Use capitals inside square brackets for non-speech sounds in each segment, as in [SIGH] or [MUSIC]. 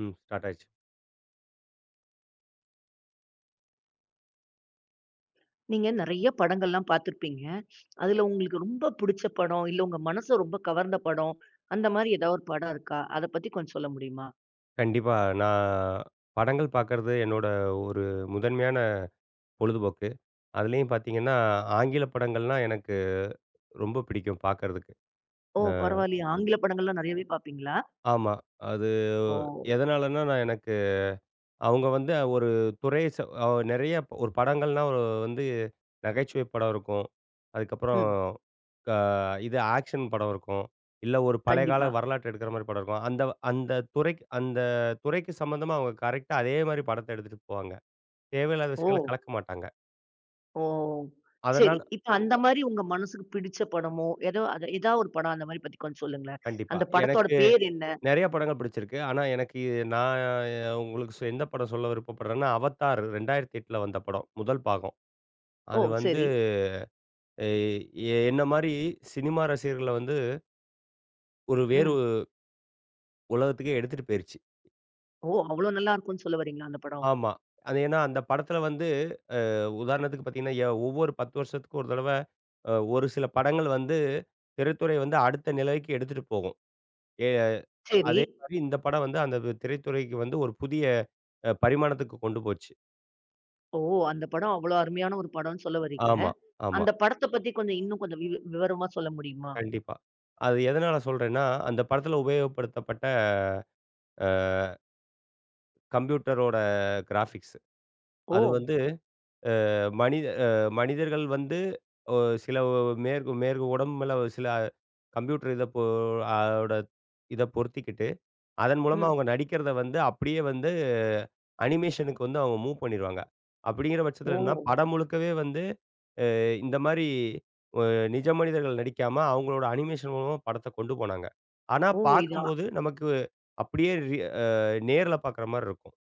ம். ஸ்டார்ட் ஆயிருச்சு. நீங்க நெறைய படங்கள்லாம் பார்த்துருப்பீங்க. அதுல உங்களுக்கு ரொம்ப புடிச்ச படம், இல்ல உங்க மனச ரொம்ப கவர்ந்த படம், அந்த மாரி ஏதாவது ஒரு படம் இருக்கா? அத பத்தி கொஞ்சம் சொல்ல முடியுமா? கண்டிப்பா. நான் படங்கள் பார்க்கறது என்னோட ஒரு முதன்மையான பொழுதுபோக்கு. அதுலயும் பார்த்தீங்கன்னா, ஆங்கில படங்கள்னா எனக்கு ரொம்ப பிடிக்கும் பார்க்கறதுக்கு. ஓ! பரவாயில்லையே. ஆங்கில படங்கள்லாம் நெறையவே பார்ப்பீங்களா? ஆமா. அது ஓ! எதனாலன்னா, நான் எனக்கு அவங்க வந்து ஒரு துறை ச அ நெறைய ஒரு படங்கள்னா ஒரு வந்து நகைச்சுவை படம் இருக்கும். அதுக்கப்புறம் ம். க இது ஆக்ஷன் படம் இருக்கும். இல்ல ஒரு பழைய கால கண்டிப்பா. வரலாற்று எடுக்கிற மாரி படம் இருக்கும். அந்த அந்த துறைக்கு சம்மந்தமா அவங்க கரெக்ட்டா அதே மாரி படத்த எடுத்துட்டு போவாங்க. தேவையில்லாத ஓ! விஷயங்கள கலக்க மாட்டாங்க. ஓ! சரி. அதனால இப்ப அந்த மாரி உங்க மனசுக்கு பிடிச்ச படமோ, ஏதோ அத ஏதாவது ஒரு படம் அந்த மாரி பத்தி கொஞ்சம் சொல்லுங்களேன். கண்டிப்பா. அந்த படத்தோட எனக்கு பேர் என்ன? நெறைய படங்கள் பிடிச்சிருக்கு. ஆனா, எனக்கு இது- நான் உங்களுக்கு எந்த படம் சொல்ல விருப்பப்படுறேன்னா, அவத்தார் 2008ல வந்த படம். முதல் பாகம். ஓ! அது வந்து சரி. அஹ், எ என்ன மாரி சினிமா ரசிகர்கள வந்து ஒரு வேறு ம். உலகத்துக்கே எடுத்துட்டு போயிருச்சு. ஓ! அவ்ளோ நல்லா இருக்கும்னு சொல்ல வரீங்களா அந்த படம்? ஆமா. அது ஏன்னா அந்த படத்துல வந்து உதாரணத்துக்கு பார்த்தீங்கன்னா, ஒவ்வொரு 10 வருஷத்துக்கு ஒரு தடவ ஒரு சில படங்கள் வந்து திரைத்துறை வந்து அடுத்த நிலைக்கு எடுத்துட்டு போகும். எ சரி. அதே மாரி இந்த படம் வந்து அந்த திரைத்துறைக்கு வந்து ஒரு புதிய பரிமாணத்துக்கு கொண்டு போச்சு. ஓ! அந்த படம் அவ்ளோ அருமையான ஒரு படம்னு சொல்ல வரீங்க. ஆமா, ஆமா. அந்த படத்த பத்தி கொஞ்சம் இன்னும் கொஞ்சம் விவரமா சொல்ல முடியுமா? கண்டிப்பா. அது எதனால சொல்றேன்னா, அந்த படத்துல உபயோகப்படுத்தப்பட்ட அ கம்ப்யூட்டரோட கிராஃபிக்ஸ். ஓ! அது வந்து மனித அ மனிதர்கள் வந்து ஒ சில ஒ மேற்கு மேற்கு உடம்புல சில கம்ப்யூட்டர் இத பொ அதோட இத பொருத்திக்கிட்டு, அதன் மூலமா ம். அவங்க நடிக்கிறத வந்து அப்படியே வந்து அனிமேஷனுக்கு வந்து அவங்க மூவ் பண்ணிருவாங்க. அப்படிங்கிற பட்சத்துல ஓ! என்னன்னா, படம் முழுக்கவே வந்து அ இந்த மாரி அ நிஜ மனிதர்கள் நடிக்காம, அவங்களோட அனிமேஷன் மூலமா படத்த கொண்டு போனாங்க. ஆனா ஓ! இதா பார்க்கும்போது நமக்கு அப்படியே ரி அ நேர்ல பார்க்குற மாரி இருக்கும்.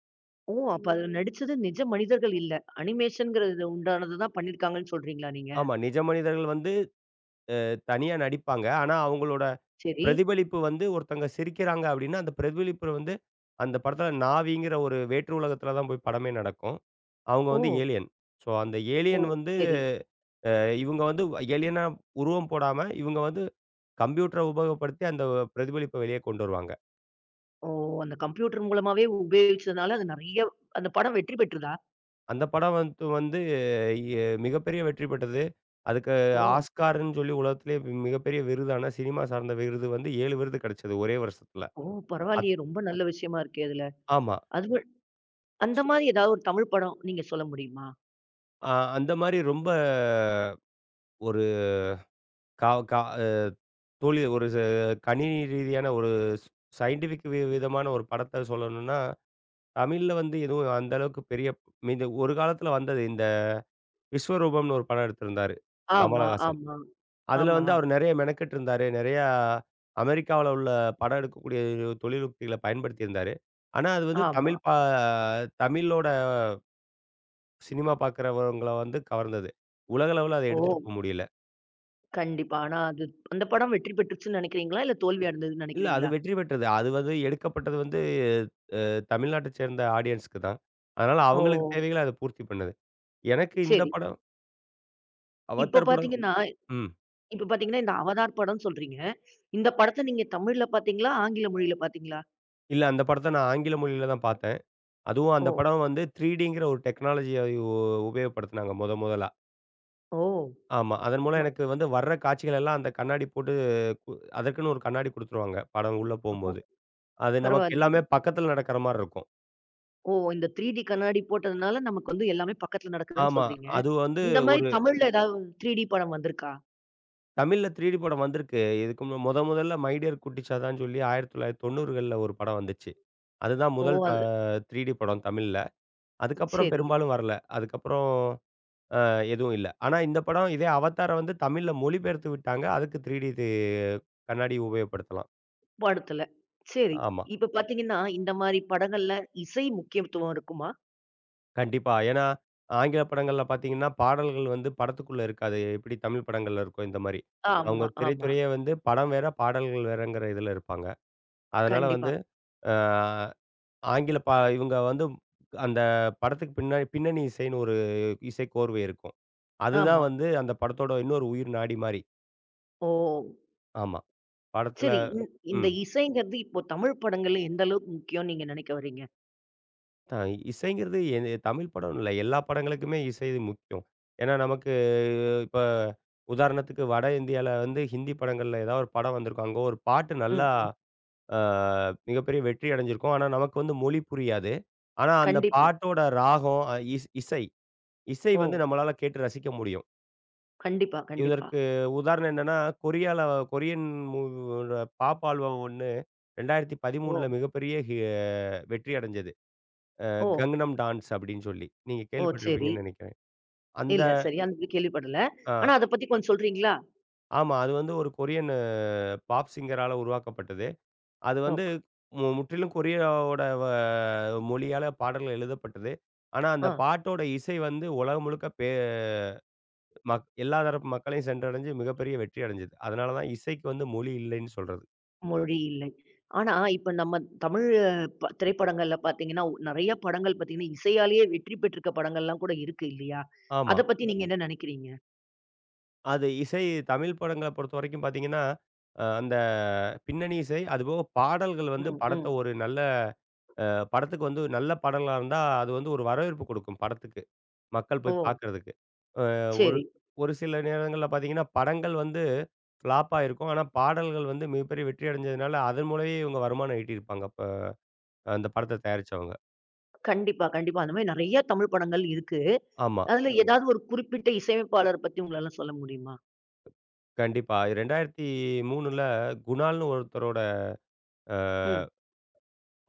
ஓ! அப்ப அதுல நடிச்சது நிஜ மனிதர்கள் இல்ல. அனிமேஷன்ங்கிறது உண்டானது தான் பண்ணியிருக்காங்கன்னு சொல்றீங்களா நீங்க? ஆமா, நிஜ மனிதர்கள் வந்து தனியா நடிப்பாங்க. ஆனா அவங்களோட சரி. பிரதிபலிப்பு வந்து ஒருத்தங்க சிரிக்கிறாங்க அப்படின்னா, அந்த பிரதிபலிப்பு வந்து அந்த படத்துல நாவிங்கிற ஒரு வேற்று உலகத்துல தான் போய் படமே நடக்கும். அவங்க ஓ! வந்து ஏலியன். ஸோ அந்த ஓ! ஏலியன் வந்து சரி. இவங்க வந்து ஏலியனா உருவம் போடாம, இவங்க வந்து கம்ப்யூட்டர உபயோகப்படுத்தி அந்த பிரதிபலிப்ப வெளிய கொண்டு வருவாங்க. ஓ! அந்த கம்ப்யூட்டர் மூலமாவே உபயோகிச்சதுனால அது நெறைய அந்த படம் வெற்றி பெற்றதா? அந்த படம் வந்து வந்து எ மிகப்பெரிய வெற்றி பெற்றது. அதுக்கு ஓ! ஆஸ்கார்ன்னு சொல்லி உலகத்திலேயே மிகப்பெரிய விருதான சினிமா சார்ந்த விருது வந்து 7 விருது கிடைச்சது ஒரே வருஷத்துல. ஓ! அத் பரவாயில்லையே! ரொம்ப நல்ல விஷயமா இருக்கே அதுல. ஆமா. அதுவும் அந்த சு மாரி ஏதாவது ஒரு தமிழ் படம் நீங்க சொல்ல முடியுமா? அ அந்த மாரி ரொம்ப ஒரு கா கா அ தோழி ஒரு ச கணினி ரீதியான ஒரு ஸ் சயின்டிஃபிக் விதமான ஒரு படத்த சொல்லணும்னா, தமிழ்ல வந்து எதுவும் அந்த அளவுக்கு பெரிய மீது ஒரு காலத்துல வந்தது. இந்த விஸ்வரூபம்னு ஒரு படம் எடுத்திருந்தாரு, ஆமா, கமலஹாசன். ஆமா, அதுல ஆமா, வந்து அவரு நெறைய மெனக்கெட்டுருந்தாரு. நெறையா அமெரிக்காவுல உள்ள படம் எடுக்கக்கூடிய தொழில்யுக்திகள பயன்படுத்தியிருந்தாரு. ஆனா, அது வந்து ஆமா. தமிழ் பா தமிழோட சினிமா பார்க்குறவங்கள வந்து கவர்ந்தது. உலக அளவுல அத ஓ! எடுத்துட்டு போ முடியல. கண்டிப்பா. ஆனா அது அந்த படம் வெற்றி பெற்றுச்சுன்னு நெனைக்கிறீங்களா? இல்ல தோல்வி அடைந்ததுன்னு இல்ல அது நெனைக்கிறீங்களா? வெற்றி பெற்றது. அது வந்து எடுக்கப்பட்டது வந்து அ தமிழ்நாட்ட சேர்ந்த ஆடியன்ஸ்க்கு தான். அதனால ஓ! அவங்களுக்கு தேவைகள அது பூர்த்தி பண்ணுது. எனக்கு இந்த சரி. படம் இப்ப அவத்தார் படம். ம். பார்த்தீங்கன்னா, இந்த அவதார் படம்ன்னு சொல்றீங்க. இந்த படத்த நீங்க தமிழ்ல பார்த்தீங்களா? ஆங்கில மொழியில பார்த்தீங்களா? இல்ல அந்த படத்த நான் ஆங்கில மொழியில தான் பார்த்தேன். அதுவும் ஓ! அந்த படம் வந்து 3Dங்கிற ஒரு டெக்னாலஜிய உ உபயோகப்படுத்துனாங்க மொதலா. ஓ! ஆமா. அதன் மூலம் ஒ எனக்கு வந்து வர்ற காட்சிகள் எல்லாம் அந்த கண்ணாடி போட்டு கு அதற்குன்னு ஒரு கண்ணாடி குடுத்துருவாங்க படம் உள்ள ஓ! போம்போது. அது நமக்கு பரவாயில்லையே. எல்லாமே பக்கத்துல நடக்கிற மாரி இருக்கும். ஓ! இந்த 3டி கண்ணாடி போட்டதுனால நமக்கு வந்து எல்லாமே பக்கத்துல நடக்குதுன்னு ஆமா. சொல்றீங்க. அது வந்து இந்த மாரி ஒரு தமிழ்ல ஏதாவது 3டி படம் வந்திருக்கா? தமிழ்ல 3டி படம் வந்திருக்கு. இதுக்கு மு மொத முதல்ல மை டியர் குட்டிச்சாத்தான்னு சொல்லி 1990கள்ல ஒரு படம் வந்துச்சு. அதுதான் ஓ! முதல் அது 3டி படம் தமிழ்ல. அதுக்கப்புறம் சரி. பெரும்பாலும் வரல. அதுக்கப்புறம் அ எதுவும் இல்ல. ஆனா இந்த படம் இதே அவதார வந்து தமிழ்ல மொழிபெயர்த்து விட்டாங்க. அதுக்கு 3டி இது கண்ணாடி உபயோகப்படுத்தலாம். படத்துல. சரி. ஆமா. இப்ப பார்த்தீங்கன்னா, இந்த மாரி படங்கள்ல இசை முக்கியத்துவம் இருக்குமா? கண்டிப்பா. ஏன்னா, ஆங்கில படங்கள்ல பார்த்தீங்கன்னா, பாடல்கள் வந்து படத்துக்குள்ள இருக்காது. எப்படி தமிழ் படங்கள்ல இருக்கும் இந்த மாரி. அவங்க ஆமா, ஆமா. திரைத்துறையே வந்து படம் வேற, பாடல்கள் வேறங்கிற இதுல இருப்பாங்க. அதனால கண்டிப்பா. வந்து அ ஆங்கில பா இவங்க வந்து அந்த படத்துக்கு பின்னாடி பின்னணி இசைன்னு ஒரு இசைக்கோர்வை இருக்கும். அதுதான் ஆமா. வந்து அந்த படத்தோட இன்னொரு உயிர் நாடி மாரி. ஓ! ஆமா. படத்துல சரி. இந்த ம். இசைங்கிறது இப்போ தமிழ் படங்கள்ல எந்த அளவுக்கு முக்கியம்னு நீங்க நினைக்க வர்றீங்க? அ இசைங்கிறது எது தமிழ் படம்னு இல்ல. எல்லா படங்களுக்குமே இசை முக்கியம். ஏன்னா நமக்கு இப்ப உதாரணத்துக்கு வட இந்தியால வந்து ஹிந்தி படங்கள்ல ஏதாவது ஒரு படம் வந்திருக்கும். அங்க ஒரு பாட்டு ம், நல்லா ம். அ மிகப்பெரிய வெற்றி அடைஞ்சிருக்கும். ஆனா நமக்கு வந்து மொழி புரியாது. ஆனா அந்த கண்டிப்பா. பாட்டோட ராகம், அ இஸ் இசை இசை ஓ! வந்து நம்மளால கேட்டு ரசிக்க முடியும். கண்டிப்பா, கண்டிப்பா. இதற்கு உதாரணம் என்னன்னா, கொரியால கொரியன் மூவி பாப் ஆல்பம் ஒண்ணு ஓ! 2013ல மிகப்பெரிய வெற்றி அடைஞ்சது. ஓ! கங்னம் டான்ஸ் அப்படின்னு சொல்லி. நீங்க ஓ! சரி. கேள்விப்பட்டிருப்பீங்கன்னு நெனைக்கிறேன். அந்த இல்ல, சரியா அந்த கேள்விப்படல. ஆனா அ அத பத்தி கொஞ்சம் சொல்றீங்களா? ஆமா. அது வந்து ஒரு கொரியன் பாப் சிங்கரால உருவாக்கப்பட்டது. அது வந்து ஓக். முற்றிலும் கொரியாவோட வ மொழியால பாடல்கள் எழுதப்பட்டது. ஆனா, அந்த ஆ. பாட்டோட இசை வந்து உலகம் முழுக்க பே மக் எல்லா தரப்பு மக்களையும் சென்றடைஞ்சு மிகப்பெரிய வெற்றி அடைஞ்சது. அதனால தான் இசைக்கு வந்து மொழி இல்லைன்னு சொல்றது. மொழி இல்லை. ஆனா, இப்ப நம்ம தமிழ் ப திரைப்படங்கள்ல பார்த்தீங்கன்னா, நெறைய படங்கள் பார்த்தீங்கன்னா, இசையாலேயே வெற்றி பெற்றிருக்க படங்கள்லாம் கூட இருக்கு இல்லையா? ஆமா. அத பத்தி நீங்க என்ன நினைக்கிறீங்க? அது இசை தமிழ் படங்கள பொறுத்தவரைக்கும் பார்த்தீங்கன்னா, அந்த பின்னணி இசை, அதுபோக பாடல்கள் வந்து ம், படத்த ம். ஒரு நல்ல அ படத்துக்கு வந்து நல்ல படங்களா இருந்தா, அது வந்து ஒரு வரவேற்பு கொடுக்கும் படத்துக்கு. மக்கள் ஓ! போய் பார்க்கறதுக்கு. அ ஒரு சரி. ஒரு சில நேரங்கள்ல பார்த்தீங்கன்னா, படங்கள் வந்து ஃப்ளாப்பா இருக்கும். ஆனா, பாடல்கள் வந்து மிகப்பெரிய வெற்றி அடைஞ்சதுனால, அதன் மூலமே இவங்க வருமானம் ஈட்டியிருப்பாங்க. அப்ப அந்த படத்த தயாரிச்சவங்க. கண்டிப்பா, கண்டிப்பா. அந்த மாரி நெறைய தமிழ் படங்கள் இருக்கு. ஆமா. அதுல ஏதாவது ஒரு குறிப்பிட்ட இசையமைப்பாளர பத்தி உங்களால சொல்ல முடியுமா? கண்டிப்பா. 2003ல குணால்னு ஒருத்தரோட அ ம்.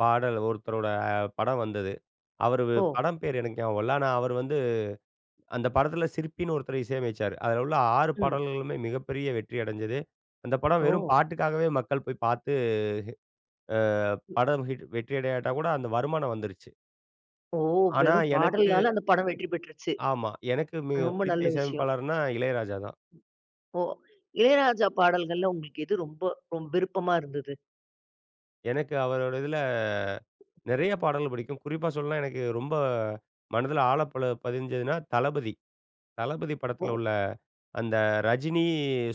பாடல் ஒருத்தரோட படம் வந்தது. அவரு ஓ! படம் பேர் எனக்கு ஞாபகம் இல்ல. ஆனா, அவர் வந்து அந்த படத்துல சிற்பின்னு ஒருத்தர் இசையமைச்சாரு. அதுல உள்ள 6 ம். பாடல்களுமே மிகப்பெரிய வெற்றி அடைஞ்சது. அந்த படம் வெறும் ஓ! பாட்டுக்காகவே மக்கள் போய் பார்த்து, அ ம். படம் ஹிட் வெற்றி அடையாட்டா கூட அந்த வருமானம் வந்துருச்சு. ஓ! ஆனா வெறும் எனக்கு பாடல்னால அந்த படம் வெற்றி பெற்றுச்சு. ஆமா. எனக்கு ரொம்ப பிடித்த நல்ல விஷயம். இசையமைப்பாளர்னா இளையராஜா தான். ஓ! இளையராஜா பாடல்கள்ல உங்களுக்கு எது ரொம்ப ரொம்ப விருப்பமா இருந்தது? எனக்கு அவரோட இதுல நெறைய பாடல்கள் பிடிக்கும். குறிப்பா சொல்லணும்னா எனக்கு ரொம்ப மனதுல ஆழ பல பதிஞ்சதுன்னா தளபதி. தளபதி படத்துல ஓ! உள்ள அந்த ரஜினி,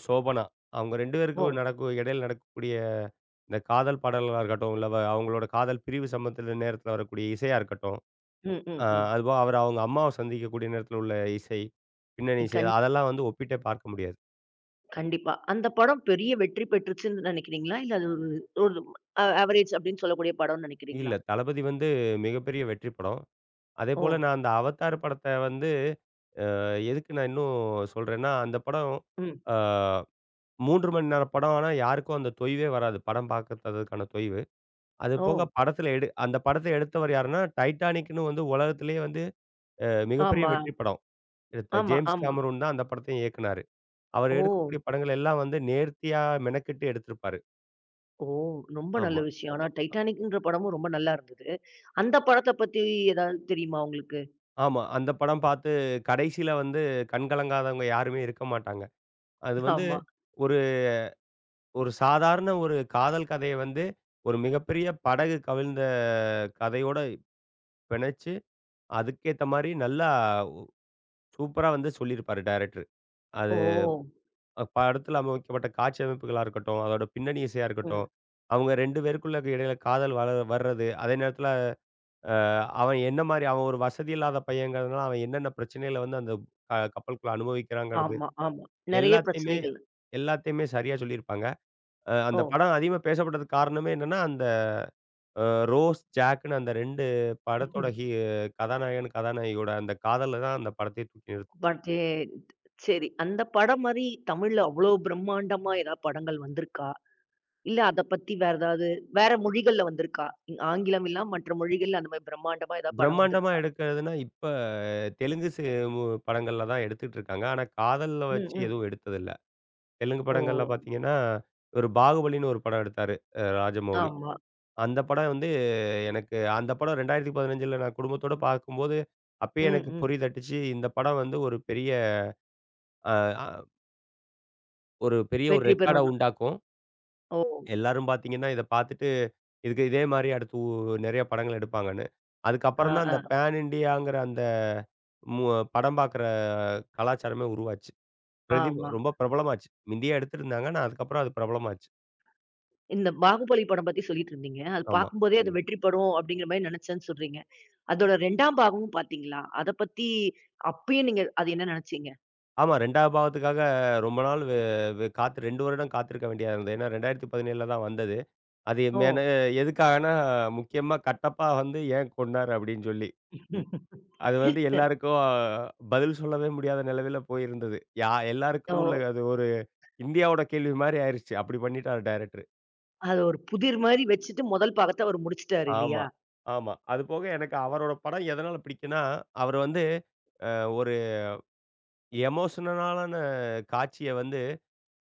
சோபனா அவங்க 2 ஓ! பேருக்கும் நடக்கும் இடையில நடக்கக்கூடிய இந்த காதல் பாடல்களா இருக்கட்டும், இல்ல அவங்களோட காதல் பிரிவு சம்பந்தத்துல நேரத்துல வரக்கூடிய இசையா இருக்கட்டும், ம், ம், அ ம். அதுபோக அவர் அவங்க அம்மாவ சந்திக்கக்கூடிய நேரத்துல உள்ள இசை, பின்னணி இசை கண் அதெல்லாம் வந்து ஒப்பிட்டே பார்க்க முடியாது. கண்டிப்பா. அந்த படம் பெரிய வெற்றி பெற்றுச்சுன்னு நினைக்கிறீங்களா? இல்ல அது ஒரு ஒரு அவரேஜ் அப்படின்னு சொல்லக்கூடிய படம்னு நினைக்கிறீங்களா? இல்ல தளபதி வந்து மிகப்பெரிய வெற்றி படம். ஓ! அதேபோல நான் அந்த அவதார் படத்த வந்து எதுக்கு நான் இன்னும் சொல்றேன்னா, அந்த படம் ம். அ 3 மணி நேரம் படம். ஆனா யாருக்கும் அந்த தொய்வே வராது. படம் பார்க்கறதுக்கான தொய்வு. அது போக ஓ! படத்துல அந்த படத்த எடுத்தவர் யாருன்னா, டைட்டானிக்ன்னு வந்து உலகத்திலேயே வந்து மிகப்பெரிய ஆமா, வெற்றி படம். எடுத்த ஆமா, ஜேம்ஸ் ஆமா. கேமரூன் தான் அந்த படத்தையும் இயக்குனாரு. அவர் ஓ! எடுக்கக்கூடிய படங்கள் எல்லாம் வந்து நேர்த்தியா மெனக்கெட்டு எடுத்திருப்பாரு. ஓ! ரொம்ப நல்ல ஆமா. விஷயம். ஆனா, டைட்டானிக்ன்ற படமும் ரொம்ப நல்லா இருந்தது. அந்த படத்த பத்தி ஏதாவது தெரியுமா உங்களுக்கு? ஆமா. அந்த படம் பார்த்து கடைசியில வந்து கண் கலங்காதவங்க யாருமே இருக்க மாட்டாங்க. அது வந்து ஆமா. ஒரு ஒரு சாதாரண ஒரு காதல் கதைய வந்து ஒரு மிகப்பெரிய படகு கவிழ்ந்த கதையோட பிணைச்சு, அதுக்கேத்த மாரி நல்லா சூப்பரா வந்து சொல்லியிருப்பாரு டைரக்டர். அது ஓ! அ, படத்துல அமைக்கப்பட்ட காட்சி அமைப்புகளா இருக்கட்டும், அதோட பின்னணி இசையா இருக்கட்டும், ம். அவங்க 2 பேருக்குள்ள இடையில காதல் வர்றது, அதே நேரத்துல அ அவன் என்ன மாரி அவன் ஒரு வசதி இல்லாத பையங்கிறதுனால, அவன் என்னென்ன பிரச்சனைகள வந்து அந்த கப்பலுக்குள்ள அனுபவிக்கிறாங்கிறது, ஆமா, ஆமா. நெறைய எல்லாத்தையுமே பிரச்சனைகள். எல்லாத்தையுமே சரியா சொல்லியிருப்பாங்க. அந்த ஓ! படம் அதிகமா பேசப்பட்டதுக்கு காரணமே என்னன்னா, அந்த அ ரோஸ், ஜாக்ன்னு அந்த 2 படத்தோட கதாநாயகன், கதாநாயகியோட அந்த காதல தான் அந்த படத்தையே தூக்கி நிறுத்துச்சு. பட் எ சரி. அந்த படம் மாரி தமிழ்ல அவ்ளோ பிரம்மாண்டமா ஏதாவது படங்கள் வந்திருக்கா? இல்ல அத பத்தி வேற ஏதாவது வேற மொழிகள்ல வந்திருக்கா? ஆங்கிலம் இல்லாம மற்ற மொழிகள்ல அந்த மாரி பிரம்மாண்டமா ஏதாவது படம் பிரம்மாண்டமா வந்திருக்கா? எடுக்கிறதுன்னா, இப்ப தெலுங்கு சி மு படங்கள்ல தான் எடுத்துட்டு இருக்காங்க. ஆனா, காதல ம், வச்சு ம். எதுவும் எடுத்ததில்ல. தெலுங்கு ஓ! படங்கள்ல பார்த்தீங்கன்னா, ஒரு பாகுபலின்னு ஒரு படம் எடுத்தாரு ராஜமௌழி. ஆமா. அந்த படம் வந்து எனக்கு அந்த படம் 2015ல நான் குடும்பத்தோட பார்க்கும்போது, அப்பயே ம், எனக்கு ம். பொறி தட்டுச்சு. இந்த படம் வந்து ஒரு பெரிய அ அ ஒரு பெரிய ஒரு வெற்றி ரெக்கார்ட பெறும்னு. உண்டாக்கும். ஓ! எல்லாரும் பார்த்தீங்கன்னா, இத பார்த்துட்டு இதுக்கு இதே மாரி அடுத்து நெறைய படங்கள் எடுப்பாங்கன்னு. ஆ, அதுக்கப்புறம் தான் ஆ. அந்த பேன் இண்டியாங்கிற அந்த மு படம் பார்க்குற கலாச்சாரமே உருவாச்சு. பிரதி ஆமா. ரொம்ப பிரபலமாச்சு. முந்தியே எடுத்திருந்தாங்க. ஆனா அதுக்கப்புறம் அது பிரபலமாச்சு. இந்த பாகுபலி படம் பத்தி சொல்லிட்டு இருந்தீங்க. அது ஆமா. பார்க்கும்போதே அது ஆமா. வெற்றி படம் அப்படிங்கிற மாரி நினைச்சேன்னு சொல்றீங்க. அதோட 2ஆம் பாகமும் பார்த்தீங்களா? அத பத்தி அப்பயே நீங்க அது என்ன நினைச்சீங்க? ஆமா 2வது பாகத்துக்காக ரொம்ப நாள் வெ வெ காத்து 2 வருடம் காத்திருக்க வேண்டியதா இருந்தது. ஏன்னா 2017ல தான் வந்தது. அது ஓ! மென எதுக்காகன்னா, முக்கியமா கட்டப்பா வந்து ஏன் கொன்னாரு அப்படின்னு சொல்லி. [LAUGHS] அது வந்து எல்லாருக்கும் பதில் சொல்லவே முடியாத நிலமையில போயிருந்தது. ஓ! எல்லாருக்கும் உள்ள அது ஒரு இந்தியாவோட கேள்வி மாரி ஆயிருச்சு. அப்படி பண்ணிட்டாரு டைரக்டர். அது ஒரு புதிர் மாரி வச்சுட்டு முதல் பாகத்த அவரு முடிச்சுட்டாரு ஆமா, இல்லையா? ஆமா. அதுபோக எனக்கு அவரோட படம் எதனால பிடிக்கும்னா, அவர் வந்து ஒரு எமோஷனலான காட்சிய வந்து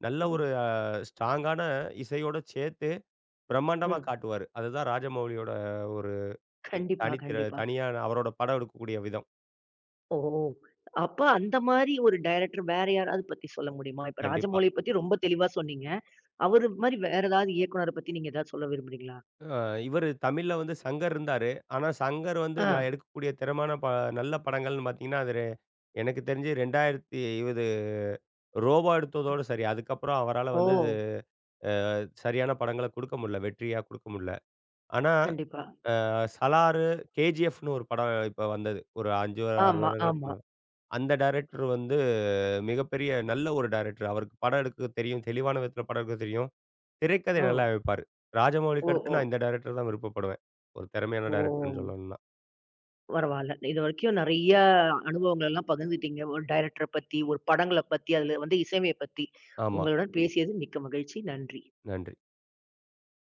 நல்ல ம், ஒரு ஸ்ட்ராங்கான இசையோட சேர்த்து பிரம்மாண்டமா ம். காட்டுவாரு. அதுதான் ராஜமௌலியோட ஒரு கண்டிப்பா, கண்டிப்பா. தனியான அவரோட படம் எடுக்கக்கூடிய விதம். ஓ! அப்ப அந்த மாரி ஒரு டைரக்டர் வேற யாராவது பத்தி சொல்ல முடியுமா? இப்ப கண்டிப்பா. ராஜமௌலிய பத்தி ரொம்ப தெளிவா சொன்னீங்க. அவரு மாரி வேற ஏதாவது இயக்குனர பத்தி நீங்க ஏதாவது சொல்ல விரும்புறீங்களா? அ இவரு தமிழ்ல வந்து சங்கர் இருந்தாரு. ஆனா, சங்கர் வந்து ஆ. நான் எடுக்கக்கூடிய திறமான ப நல்ல படங்கள்னு பார்த்தீங்கன்னா, அது எனக்கு தெரிஞ்சு 2020 ரோபோ எடுத்ததோட சரி. அதுக்கப்புறம் அவரால ஓ! வந்து இது சரியான படங்கள குடுக்க முடியல. வெற்றியா குடுக்க முடியல. ஆனா, கண்டிப்பா. சலாரு, கேஜிஎஃப்னு ஒரு படம் இப்ப வந்தது. ஒரு 5, 6 ஆமா, வருடங்களுக்கு ஆமா. முன்னால. அந்த டைரக்டர் வந்து மிகப்பெரிய நல்ல ஒரு டைரக்டர். அவருக்கு படம் எடுக்க தெரியும். தெளிவான விதத்தில படம் எடுக்க தெரியும். திரைக்கதை ஓ! நல்லா அமைப்பாரு. ராஜமௌலிக்கு ஓ! அடுத்து ஓ! நான் இந்த டைரக்டர் தான் விருப்பப்படுவேன். ஒரு திறமையான ஓ! டைரக்டர்ன்னு சொல்லணும்னா. பரவால்ல. இதுவரைக்கும் நெறைய அனுபவங்கள் எல்லாம் பகிர்ந்துட்டீங்க. ஒரு டைரக்டர பத்தி, ஒரு படங்கள பத்தி, அதுல வந்து இசையமைப்ப பத்தி. ஆமா. உங்களுடன் பேசியது மிக்க மகிழ்ச்சி. நன்றி. நன்றி.